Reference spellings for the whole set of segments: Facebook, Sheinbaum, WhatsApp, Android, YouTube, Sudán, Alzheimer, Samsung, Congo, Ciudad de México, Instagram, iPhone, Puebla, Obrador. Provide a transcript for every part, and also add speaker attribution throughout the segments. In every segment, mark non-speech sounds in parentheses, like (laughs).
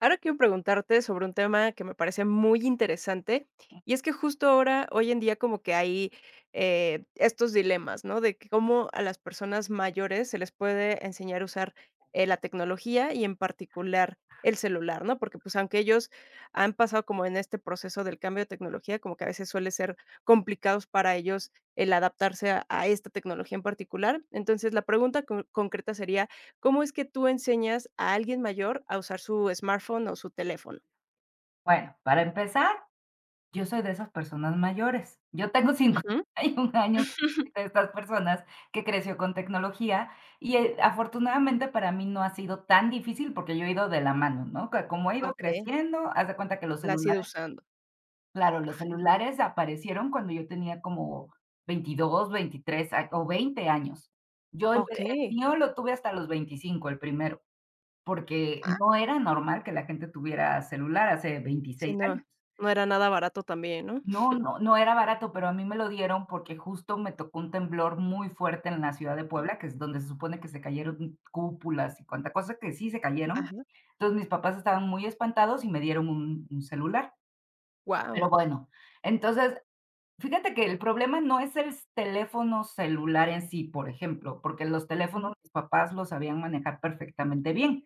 Speaker 1: Ahora quiero preguntarte sobre un tema que me parece muy interesante, y es que justo ahora, hoy en día, como que hay estos dilemas, ¿no? De que cómo a las personas mayores se les puede enseñar a usar la tecnología y en particular el celular, ¿no? Porque pues aunque ellos han pasado como en este proceso del cambio de tecnología, como que a veces suele ser complicados para ellos el adaptarse a esta tecnología en particular. Entonces, la pregunta concreta sería, ¿cómo es que tú enseñas a alguien mayor a usar su smartphone o su teléfono?
Speaker 2: Bueno, para empezar, yo soy de esas personas mayores. Yo tengo (laughs)
Speaker 1: Ujú.
Speaker 2: 51 años, soy
Speaker 1: (laughs)
Speaker 2: de estas personas que creció con tecnología y, afortunadamente para mí no ha sido tan difícil porque yo he ido de la mano, ¿no? Que como he ido
Speaker 1: Okey,
Speaker 2: creciendo, haz de cuenta que los
Speaker 1: la has ido
Speaker 2: celulares
Speaker 1: usando.
Speaker 2: claro, los
Speaker 1: Ajá.
Speaker 2: celulares aparecieron cuando yo tenía como 22, 23 a o 20 años. Yo empe El
Speaker 1: Okey,
Speaker 2: mío lo tuve hasta los 25, el primero, porque no era normal que la gente tuviera celular hace
Speaker 1: sí,
Speaker 2: veintiséis
Speaker 1: no,
Speaker 2: años.
Speaker 1: no era nada barato también, ¿no?
Speaker 2: No, no, no era barato, pero a mí me lo dieron porque justo me tocó un temblor muy fuerte en la ciudad de Puebla, que es donde se supone que se cayeron cúpulas y cuanta cosa que sí se cayeron.
Speaker 1: Ajá.
Speaker 2: Entonces, mis papás estaban muy espantados y me dieron un celular,
Speaker 1: Wow.
Speaker 2: pero bueno. Entonces, fíjate que el problema no es el teléfono celular en sí, por ejemplo, porque los teléfonos mis papás los sabían manejar perfectamente bien.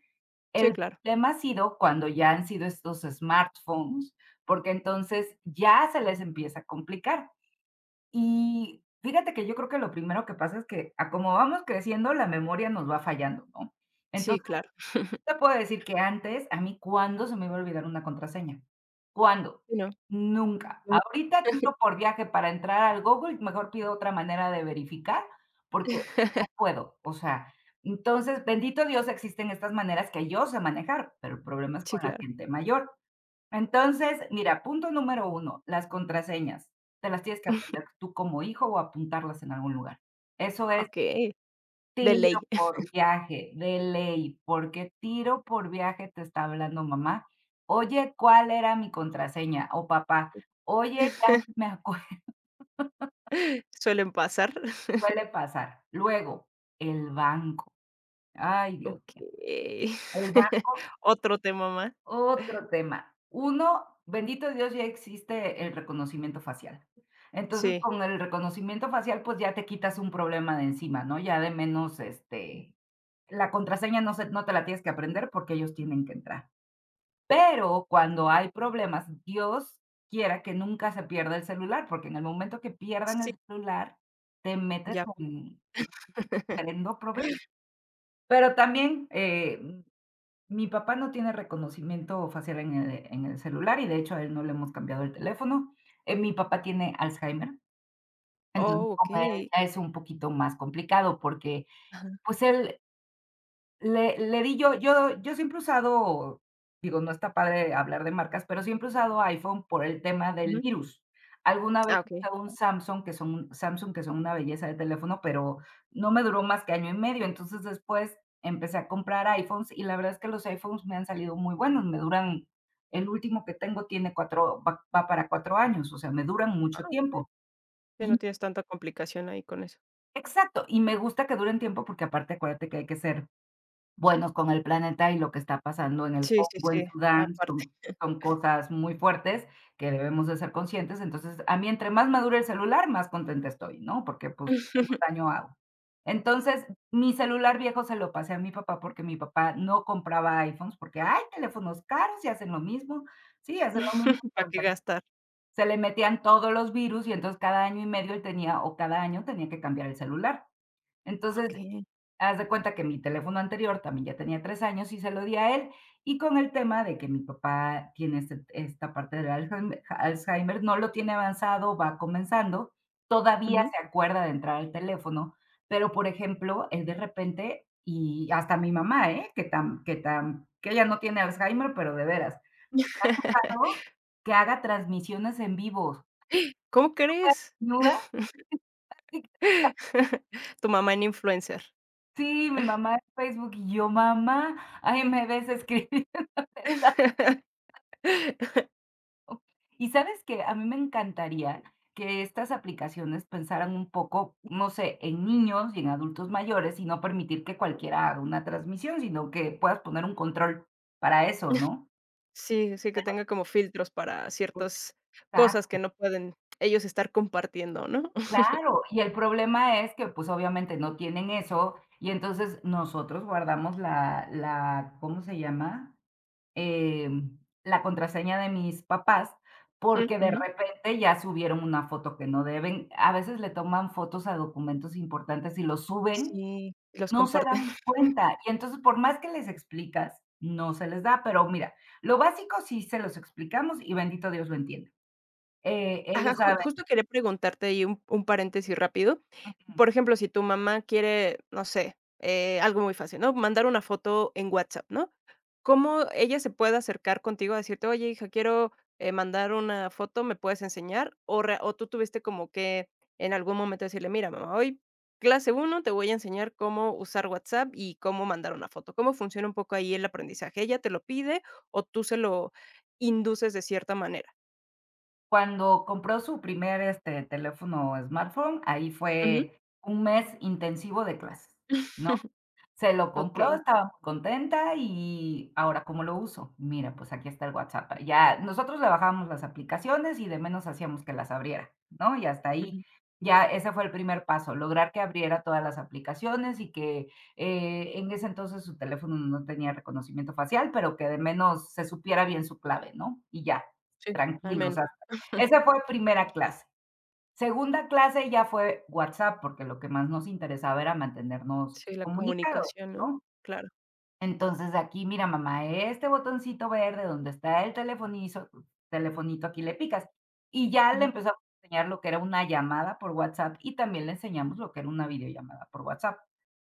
Speaker 1: Sí,
Speaker 2: El
Speaker 1: claro.
Speaker 2: problema ha sido cuando ya han sido estos smartphones, porque entonces ya se les empieza a complicar. Y fíjate que yo creo que lo primero que pasa es que a como vamos creciendo, la memoria nos va fallando, ¿no?
Speaker 1: Sí,
Speaker 2: Entonces,
Speaker 1: claro.
Speaker 2: te puedo decir que antes, a mí, ¿cuándo se me iba a olvidar una contraseña? ¿Cuándo?
Speaker 1: Sí, no.
Speaker 2: Nunca.
Speaker 1: Mm.
Speaker 2: Ahorita tiro por viaje para entrar al Google, mejor pido otra manera de verificar, porque no
Speaker 1: (laughs)
Speaker 2: puedo, o sea, entonces, bendito Dios, existen estas maneras que yo sé manejar, pero el problema es
Speaker 1: Sí,
Speaker 2: con la
Speaker 1: claro.
Speaker 2: gente mayor. Entonces, mira, punto número uno, las contraseñas, te las tienes que
Speaker 1: (laughs)
Speaker 2: aprender tú como hijo o apuntarlas en algún lugar. Eso es
Speaker 1: Okey, de
Speaker 2: tiro
Speaker 1: ley.
Speaker 2: por viaje, de ley, porque tiro por viaje te está hablando mamá. Oye, ¿cuál era mi contraseña? O papá, oye, ya no me
Speaker 1: (laughs)
Speaker 2: acuerdo. (laughs)
Speaker 1: Suelen pasar.
Speaker 2: Suele pasar. Luego, el banco. Ay, Dios mío.
Speaker 1: Okey.
Speaker 2: El
Speaker 1: (laughs)
Speaker 2: banco,
Speaker 1: Otro tema más.
Speaker 2: otro tema. Uno, bendito Dios, ya existe el reconocimiento facial. Entonces,
Speaker 1: Sí.
Speaker 2: con el reconocimiento facial, pues ya te quitas un problema de encima, ¿no? Ya de menos, este, la contraseña no te la tienes que aprender porque ellos tienen que entrar. Pero cuando hay problemas, Dios quiera que nunca se pierda el celular, porque en el momento que pierdan
Speaker 1: Sí.
Speaker 2: el celular, te metes
Speaker 1: Ya fue.
Speaker 2: en
Speaker 1: (laughs)
Speaker 2: tremendo problema. Pero también, mi papá no tiene reconocimiento facial en el celular y, de hecho, a él no le hemos cambiado el teléfono. Mi papá tiene Alzheimer, entonces
Speaker 1: Oh,
Speaker 2: con él
Speaker 1: okey.
Speaker 2: ya es un poquito más complicado porque,
Speaker 1: Ajá.
Speaker 2: pues, él Le di yo siempre he usado, digo, no está padre hablar de marcas, pero siempre he usado iPhone por el tema del
Speaker 1: Ujú.
Speaker 2: virus. Alguna vez
Speaker 1: Ah,
Speaker 2: usaba un Samsung, que son una belleza de teléfono, pero no me duró más que año y medio. Entonces, después empecé a comprar iPhones y la verdad es que los iPhones me han salido muy buenos, me duran el último que tengo tiene 4 va para 4 años, o sea, me duran mucho
Speaker 1: okey.
Speaker 2: tiempo.
Speaker 1: Sí, no
Speaker 2: Y
Speaker 1: tienes tanta complicación ahí con eso.
Speaker 2: exacto, y me gusta que duren tiempo porque aparte acuérdate que hay que ser buenos con el planeta y lo que está pasando en el
Speaker 1: Sí, sí,
Speaker 2: Congo,
Speaker 1: sí,
Speaker 2: en Sudán,
Speaker 1: aparte.
Speaker 2: son son cosas muy fuertes que debemos de ser conscientes. Entonces, a mí entre más madure el celular, más contenta estoy, ¿no? Porque, pues, menos
Speaker 1: (laughs)
Speaker 2: daño hago. Entonces, mi celular viejo se lo pasé a mi papá, porque mi papá no compraba iPhones, porque hay teléfonos caros y hacen lo mismo. Sí, hacen lo mismo,
Speaker 1: ¿Para
Speaker 2: pero
Speaker 1: qué gastar?
Speaker 2: se le metían todos los virus y entonces cada año y medio él tenía o cada año tenía que cambiar el celular. Entonces,
Speaker 1: Okey.
Speaker 2: haz de cuenta que mi teléfono anterior también ya tenía 3 años y se lo di a él, y con el tema de que mi papá tiene esta parte del Alzheimer, Alzheimer no lo tiene avanzado, va comenzando, todavía
Speaker 1: Ujú.
Speaker 2: se acuerda de entrar al teléfono, pero, por ejemplo, él de repente y hasta mi mamá, ¿eh?, que ella no tiene Alzheimer, pero de veras, me ha
Speaker 1: (laughs)
Speaker 2: tocado que haga transmisiones en vivo.
Speaker 1: ¿Cómo crees?
Speaker 2: (laughs) ¿nuda?
Speaker 1: (laughs) Tu mamá en influencer.
Speaker 2: Sí, mi mamá en Facebook y yo: "Mamá, ahí me ves escribiendo". Ok. Y sabes que a mí me encantaría que estas aplicaciones pensaran un poco, no sé, en niños y en adultos mayores y no permitir que cualquiera haga una transmisión, sino que puedas poner un control para eso, ¿no?
Speaker 1: Sí, sí, que tenga como filtros para
Speaker 2: Ok.
Speaker 1: ciertas cosas que
Speaker 2: Exacto,
Speaker 1: no pueden ellos estar compartiendo, ¿no? (laughs)
Speaker 2: claro. Y el problema es que, pues, obviamente no tienen eso y entonces nosotros guardamos ¿cómo se llama? La contraseña de mis papás,
Speaker 1: Mm,
Speaker 2: porque de
Speaker 1: ujú.
Speaker 2: repente ya subieron una foto que no deben. A veces le toman fotos a documentos importantes y los suben,
Speaker 1: Sí, los
Speaker 2: no se
Speaker 1: comparten.
Speaker 2: dan cuenta. Y entonces, por más que les explicas, no se les da. Pero mira, lo básico sí se los explicamos y bendito Dios lo entiende.
Speaker 1: Ajá,
Speaker 2: Ellos
Speaker 1: ju
Speaker 2: saben,
Speaker 1: justo quería preguntarte ahí un paréntesis rápido. Por ejemplo, si tu mamá quiere, no sé, algo muy fácil, ¿no? Mandar una foto en WhatsApp, ¿no? ¿Cómo ella se puede acercar contigo a decirte: "Oye, hija, quiero, mandar una foto, ¿me puedes enseñar?" O tú tuviste como que en algún momento decirle: "Mira, mamá, hoy clase uno te voy a enseñar cómo usar WhatsApp y cómo mandar una foto". ¿Cómo funciona un poco ahí el aprendizaje? ¿Ella te lo pide o tú se lo induces de cierta manera?
Speaker 2: cuando compró su primer, este, teléfono o smartphone, ahí
Speaker 1: Ujú.
Speaker 2: fue un mes intensivo de clases, ¿no?
Speaker 1: (laughs)
Speaker 2: Se lo compró,
Speaker 1: Okey.
Speaker 2: estaba muy contenta y ahora, ¿cómo lo uso? Mira, pues aquí está el WhatsApp. Ya nosotros le bajábamos las aplicaciones y de menos hacíamos que las abriera, ¿no? Y hasta ahí,
Speaker 1: Ujú.
Speaker 2: ya ese fue el primer paso, lograr que abriera todas las aplicaciones y que, en ese entonces su teléfono no tenía reconocimiento facial, pero que de menos se supiera bien su clave, ¿no? Y ya,
Speaker 1: Sí, al
Speaker 2: tranquilos,
Speaker 1: menos.
Speaker 2: hasta esa fue primera clase. Segunda clase ya fue WhatsApp, porque lo que más nos interesaba era mantenernos
Speaker 1: Sí, la
Speaker 2: comunicados,
Speaker 1: comunicación, ¿no?
Speaker 2: ¿no?
Speaker 1: Claro.
Speaker 2: Entonces, aquí, mira, mamá, este botoncito verde donde está el telefonizo telefonito, aquí le picas. Y ya le
Speaker 1: Ujú,
Speaker 2: empezamos a enseñar lo que era una llamada por WhatsApp y también le enseñamos lo que era una videollamada por WhatsApp.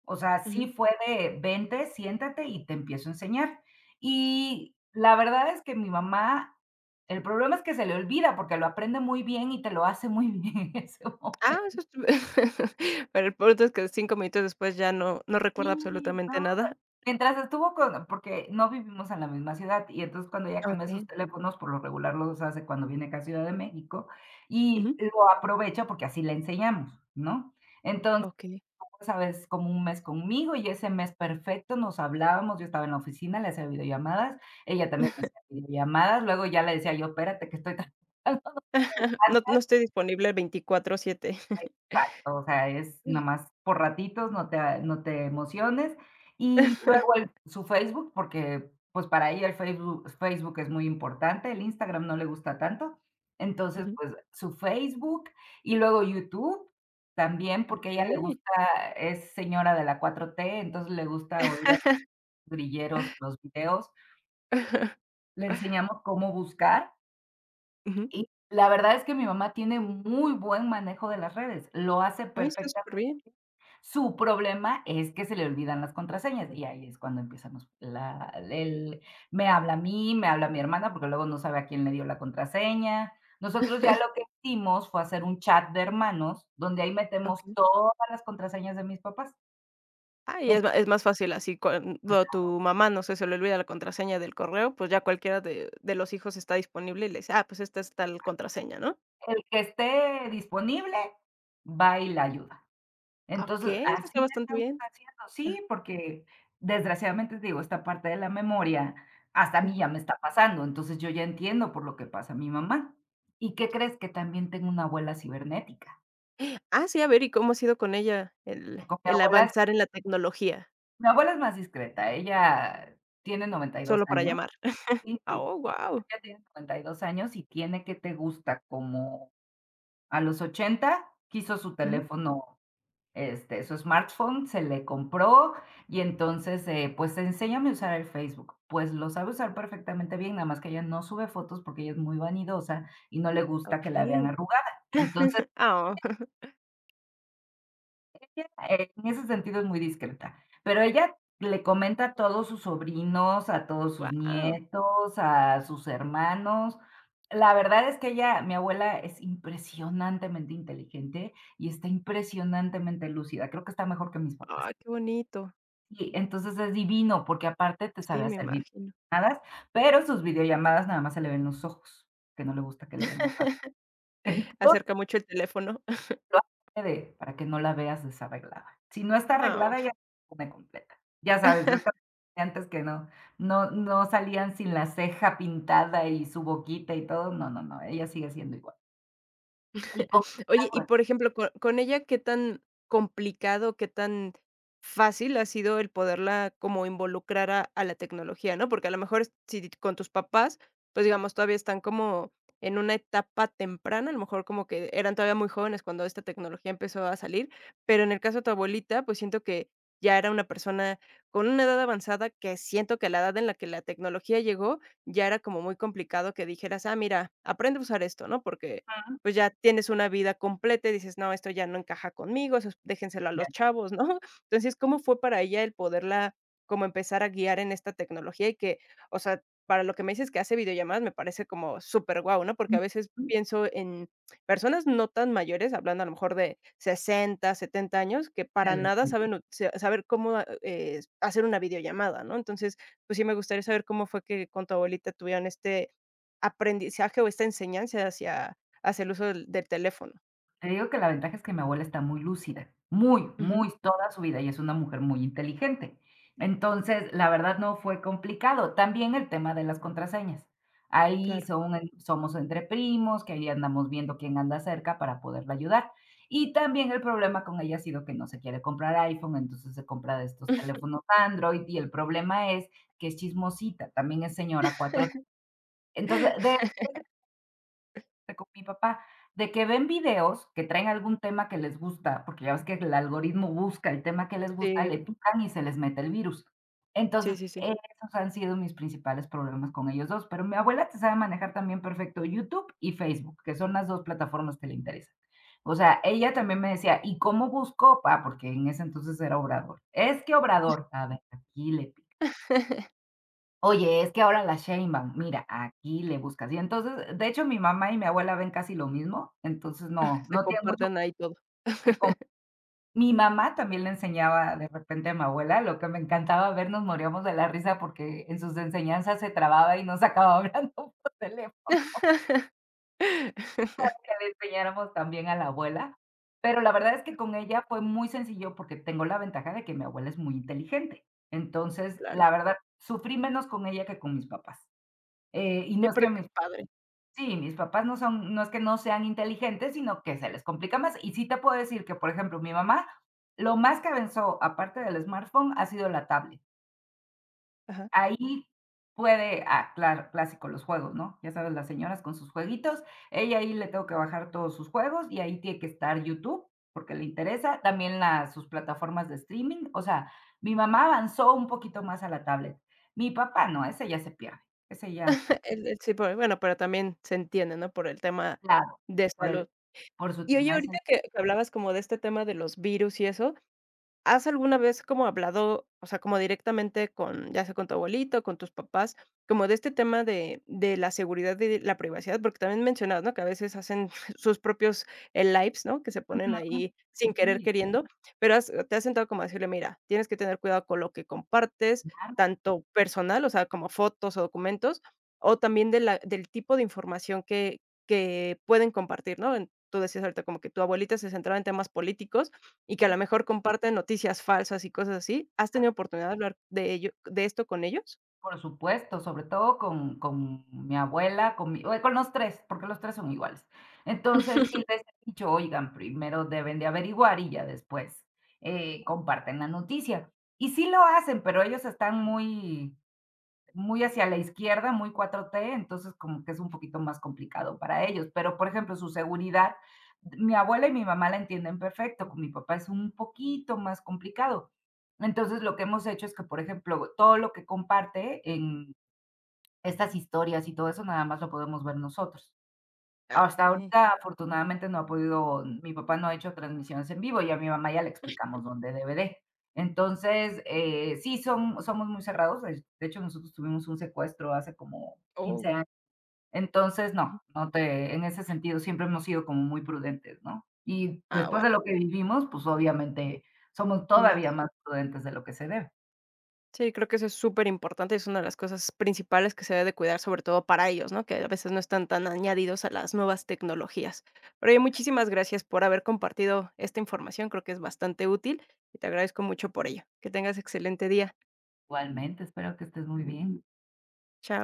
Speaker 2: O sea, sí
Speaker 1: ujú.
Speaker 2: fue de: "Vente, siéntate y te empiezo a enseñar". Y la verdad es que mi mamá, el problema es que se le olvida porque lo aprende muy bien y te lo hace muy bien (laughs) en ese momento.
Speaker 1: Ah, eso estu (laughs) pero el punto es que 5 minutos después ya no
Speaker 2: Sí,
Speaker 1: recuerda
Speaker 2: no.
Speaker 1: absolutamente nada.
Speaker 2: Mientras estuvo con porque no vivimos en la misma ciudad, y entonces cuando ella cambia sus
Speaker 1: Okey.
Speaker 2: teléfonos, por lo regular los hace cuando viene acá a Ciudad de México, y
Speaker 1: Ujú.
Speaker 2: lo aprovecha porque así le enseñamos, ¿no? Entonces,
Speaker 1: Okey. (clears throat)
Speaker 2: ¿sabes? Como un mes conmigo y ese mes perfecto nos hablábamos, yo estaba en la oficina, le hacía videollamadas, ella también me hacía videollamadas, luego ya le decía yo: "Espérate que estoy trabajando".
Speaker 1: (laughs)
Speaker 2: (laughs)
Speaker 1: No estoy disponible 24/7.
Speaker 2: Exacto, o sea, es nada más por ratitos, no te emociones. Y luego
Speaker 1: (laughs)
Speaker 2: el su Facebook, porque, pues, para ella el Facebook es muy importante, el Instagram no le gusta tanto. Entonces,
Speaker 1: Ujú.
Speaker 2: pues, su Facebook y luego YouTube también, porque a ella le
Speaker 1: Okey.
Speaker 2: gusta, es señora de la cuatro t, entonces le gusta oír a los grilleros los videos.
Speaker 1: (laughs)
Speaker 2: Le enseñamos cómo buscar
Speaker 1: Ujú.
Speaker 2: y la verdad es que mi mamá tiene muy buen manejo de las redes, lo hace
Speaker 1: Oye, está
Speaker 2: perfectamente.
Speaker 1: superbién.
Speaker 2: Su problema es que se le olvidan las contraseñas, y ahí es cuando empiezan los la el me habla a mí, me habla a mi hermana, porque luego no sabe a quién le dio la contraseña. Nosotros ya lo que hicimos fue hacer un chat de hermanos, donde ahí metemos
Speaker 1: Okey.
Speaker 2: todas las contraseñas de mis papás.
Speaker 1: Ah, y es más fácil así cuando
Speaker 2: Entonces,
Speaker 1: tu mamá, no sé, se le olvida la contraseña del correo, pues ya cualquiera de los hijos está disponible y le dice: "Ah, pues esta es tal contraseña", ¿no?
Speaker 2: el que esté disponible va y la ayuda.
Speaker 1: Ah,
Speaker 2: Entonces,
Speaker 1: okey, eso
Speaker 2: así
Speaker 1: está
Speaker 2: le
Speaker 1: bastante
Speaker 2: estamos
Speaker 1: bien.
Speaker 2: haciendo.
Speaker 1: Ah,
Speaker 2: Sí, porque desgraciadamente, te digo, esta parte de la memoria, hasta a mí
Speaker 1: ujú.
Speaker 2: ya me está pasando, entonces yo ya entiendo por lo que pasa mi mamá. ¿Y qué crees? Que también tengo una abuela cibernética.
Speaker 1: Ah, sí, a ver, ¿y cómo ha sido con ella el
Speaker 2: Con mi
Speaker 1: el
Speaker 2: abuela es
Speaker 1: avanzar en la tecnología?
Speaker 2: más discreta, ella tiene 92
Speaker 1: Solo para
Speaker 2: años.
Speaker 1: llamar.
Speaker 2: Sí,
Speaker 1: Ah,
Speaker 2: sí,
Speaker 1: oh, guau.
Speaker 2: ella tiene 92 años y tiene, que te gusta? Como a los 80 quiso su
Speaker 1: Ujú.
Speaker 2: teléfono. Este, su smartphone se le compró y entonces, pues, enséñame a usar el Facebook. Pues lo sabe usar perfectamente bien, nada más que ella no sube fotos porque ella es muy vanidosa y no le gusta que la vean
Speaker 1: Okey.
Speaker 2: arrugada. Entonces,
Speaker 1: Ah, (laughs)
Speaker 2: ella, en ese sentido es muy discreta, pero ella le comenta a todos sus sobrinos, a todos sus
Speaker 1: guau.
Speaker 2: nietos, a sus hermanos. La verdad es que ella, mi abuela, es impresionantemente inteligente y está impresionantemente lúcida. Creo que está mejor que mis papás.
Speaker 1: Ay, qué bonito.
Speaker 2: Sí, entonces es divino, porque aparte te sabe
Speaker 1: Sí, me
Speaker 2: hacer
Speaker 1: imagino.
Speaker 2: videollamadas, pero sus videollamadas nada más se le ven los ojos, que no le gusta que le vean la cara.
Speaker 1: (laughs)
Speaker 2: (laughs) Entonces,
Speaker 1: Acerca mucho el teléfono.
Speaker 2: lo hace adrede, para que no la veas desarreglada. Si no está
Speaker 1: Ah.
Speaker 2: arreglada,
Speaker 1: Oh.
Speaker 2: ella se pone completa. Ya sabes, estas
Speaker 1: (laughs)
Speaker 2: comediantes que no, no, no salían sin la ceja pintada y su boquita y todo, no, no, no, ella sigue siendo igual. Y con
Speaker 1: Oye, y por ejemplo, co con ella, ¿qué tan complicado, qué tan fácil ha sido el poderla como involucrar a la tecnología?, ¿no? Porque a lo mejor si con tus papás, pues, digamos, todavía están como en una etapa temprana, a lo mejor como que eran todavía muy jóvenes cuando esta tecnología empezó a salir, pero en el caso de tu abuelita, pues, siento que ya era una persona con una edad avanzada, que siento que a la edad en la que la tecnología llegó, ya era como muy complicado que dijeras: "Ah, mira, aprende a usar esto", ¿no? Porque
Speaker 2: ujú,
Speaker 1: pues ya tienes una vida completa y dices: "No, esto ya no encaja conmigo, eso es déjenselo a los
Speaker 2: bien.
Speaker 1: chavos", ¿no? (laughs) Entonces, ¿cómo fue para ella el poderla como empezar a guiar en esta tecnología? Y que, o sea, para lo que me dices que hace videollamadas, me parece como súper guau, ¿no? Porque a veces
Speaker 2: Ujú,
Speaker 1: pienso en personas no tan mayores, hablando a lo mejor de 60, 70 años, que
Speaker 2: se
Speaker 1: para
Speaker 2: les
Speaker 1: nada saben ut sa saber cómo, hacer una videollamada, ¿no? Entonces, pues sí me gustaría saber cómo fue que con tu abuelita tuvieron este aprendizaje o esta enseñanza hacia el uso del teléfono.
Speaker 2: te digo que la ventaja es que mi abuela está muy lúcida,
Speaker 1: Ujú,
Speaker 2: toda su vida, y es una mujer muy inteligente. Entonces, la verdad no fue complicado. También el tema de las contraseñas. Ahí
Speaker 1: claro.
Speaker 2: somos entre primos, que ahí andamos viendo quién anda cerca para poderla ayudar. Y también el problema con ella ha sido que no se quiere comprar iPhone, entonces se compra de estos
Speaker 1: (laughs)
Speaker 2: teléfonos Android y el problema es que es chismosita, también es señora cuatro. Entonces, de con mi papá, de que ven videos que traen algún tema que les gusta, porque ya ves que el algoritmo busca el tema que les gusta, le
Speaker 1: Sí.
Speaker 2: pican y se les mete el virus.
Speaker 1: Sí,
Speaker 2: Entonces,
Speaker 1: sí, sí.
Speaker 2: esos han sido mis principales problemas con ellos dos, pero mi abuela te sabe manejar también perfecto YouTube y Facebook, que son las 2 plataformas que le interesan. O sea, ella también me decía: "¿Y cómo busco?". Ah, porque en ese entonces era Obrador. "Es que Obrador". A ver, aquí le pi oye, es que ahora la Sheinbaum, mira, aquí le buscas. Y entonces, de hecho, mi mamá y mi abuela ven casi lo mismo, entonces no,
Speaker 1: (laughs) Se
Speaker 2: no tiene mucho
Speaker 1: comparten ahí todo.
Speaker 2: que se com mi mamá también le enseñaba de repente a mi abuela, lo que me encantaba ver, nos moríamos de la risa porque en sus enseñanzas se trababa y nos acababa (laughs) hablando por teléfono,
Speaker 1: (laughs)
Speaker 2: que le enseñáramos también a la abuela. Pero la verdad es que con ella fue muy sencillo porque tengo la ventaja de que mi abuela es muy inteligente. Entonces,
Speaker 1: Claro.
Speaker 2: la verdad, sufrí menos con ella que con mis papás. Y no
Speaker 1: Y
Speaker 2: es
Speaker 1: pero
Speaker 2: que
Speaker 1: qué
Speaker 2: mis
Speaker 1: padre.
Speaker 2: Sí, mis papás no es que no sean inteligentes, sino que se les complica más. Y sí te puedo decir que, por ejemplo, mi mamá, lo más que avanzó, aparte del smartphone, ha sido la tablet.
Speaker 1: Ajá.
Speaker 2: Ahí puede, claro, clásico, los juegos, ¿no? Ya sabes, las señoras con sus jueguitos, ella ahí le tengo que bajar todos sus juegos y ahí tiene que estar YouTube, porque le interesa también las sus plataformas de streaming. O sea, mi mamá avanzó un poquito más a la tablet. Mi papá no, ese ya se pierde, ese ya,
Speaker 1: (laughs) El sí, pero bueno, pero también se entiende, ¿no? Por el tema
Speaker 2: claro,
Speaker 1: de
Speaker 2: por el
Speaker 1: salud.
Speaker 2: por su
Speaker 1: Y oye,
Speaker 2: tema de.
Speaker 1: ahorita que hablabas como de este tema de los virus y eso, ¿has alguna vez como hablado, o sea, como directamente con, ya sea con tu abuelito, con tus papás, como de este tema de la seguridad y de la privacidad? Porque también mencionabas, ¿no? Que a veces hacen (laughs) sus propios lives, ¿no? Que se ponen
Speaker 2: Ujú.
Speaker 1: ahí sin querer
Speaker 2: Sí,
Speaker 1: queriendo, pero te has sentado como a decirle, mira, tienes que tener cuidado con lo que compartes,
Speaker 2: claro, o
Speaker 1: tanto personal, o sea, como fotos o documentos, o también de la, del tipo de información que pueden compartir, ¿no? Tú decías ahorita como que tu abuelita se centraba en temas políticos y que a lo mejor comparten noticias falsas y cosas así, ¿has
Speaker 2: sea,
Speaker 1: tenido oportunidad de hablar de ello de esto con ellos?
Speaker 2: por supuesto, sobre todo con mi abuela, con mi o con los 3 porque los 3 son iguales. Entonces, sí les he dicho: "Oigan, primero deben de averiguar y ya después, comparten la noticia". Y sí lo hacen, pero ellos están muy hacia la izquierda, muy 4T, entonces como que es un poquito más complicado para ellos. Pero, por ejemplo, su seguridad, mi abuela y mi mamá la entienden perfecto, con mi papá es un poquito más complicado. Entonces, lo que hemos hecho es que, por ejemplo, todo lo que comparte en estas historias y todo eso, nada más lo podemos ver nosotros.
Speaker 1: Ah,
Speaker 2: Hasta
Speaker 1: okey.
Speaker 2: ahorita, afortunadamente, no ha podido, mi papá no ha hecho transmisiones en vivo, y a mi mamá ya le explicamos dónde debe de. Entonces, sí, son somos muy cerrados. De hecho, nosotros tuvimos un secuestro hace como 15
Speaker 1: Oh.
Speaker 2: años. Entonces, no,
Speaker 1: Ujú.
Speaker 2: no te en ese sentido siempre hemos sido como muy prudentes, ¿no? Y
Speaker 1: Ah,
Speaker 2: después
Speaker 1: bueno.
Speaker 2: de lo que vivimos, pues, obviamente, somos todavía
Speaker 1: Más.
Speaker 2: más prudentes de lo que se debe.
Speaker 1: Sí, creo que eso es súper importante. Es una de las cosas principales que se debe de cuidar, sobre todo para ellos, ¿no? Que a veces no están tan añadidos a las nuevas tecnologías. Pero oye, muchísimas gracias por haber compartido esta información, creo que es bastante útil y te agradezco mucho por ello. Que tengas excelente día.
Speaker 2: Igualmente, espero que estés muy bien.
Speaker 1: Chao.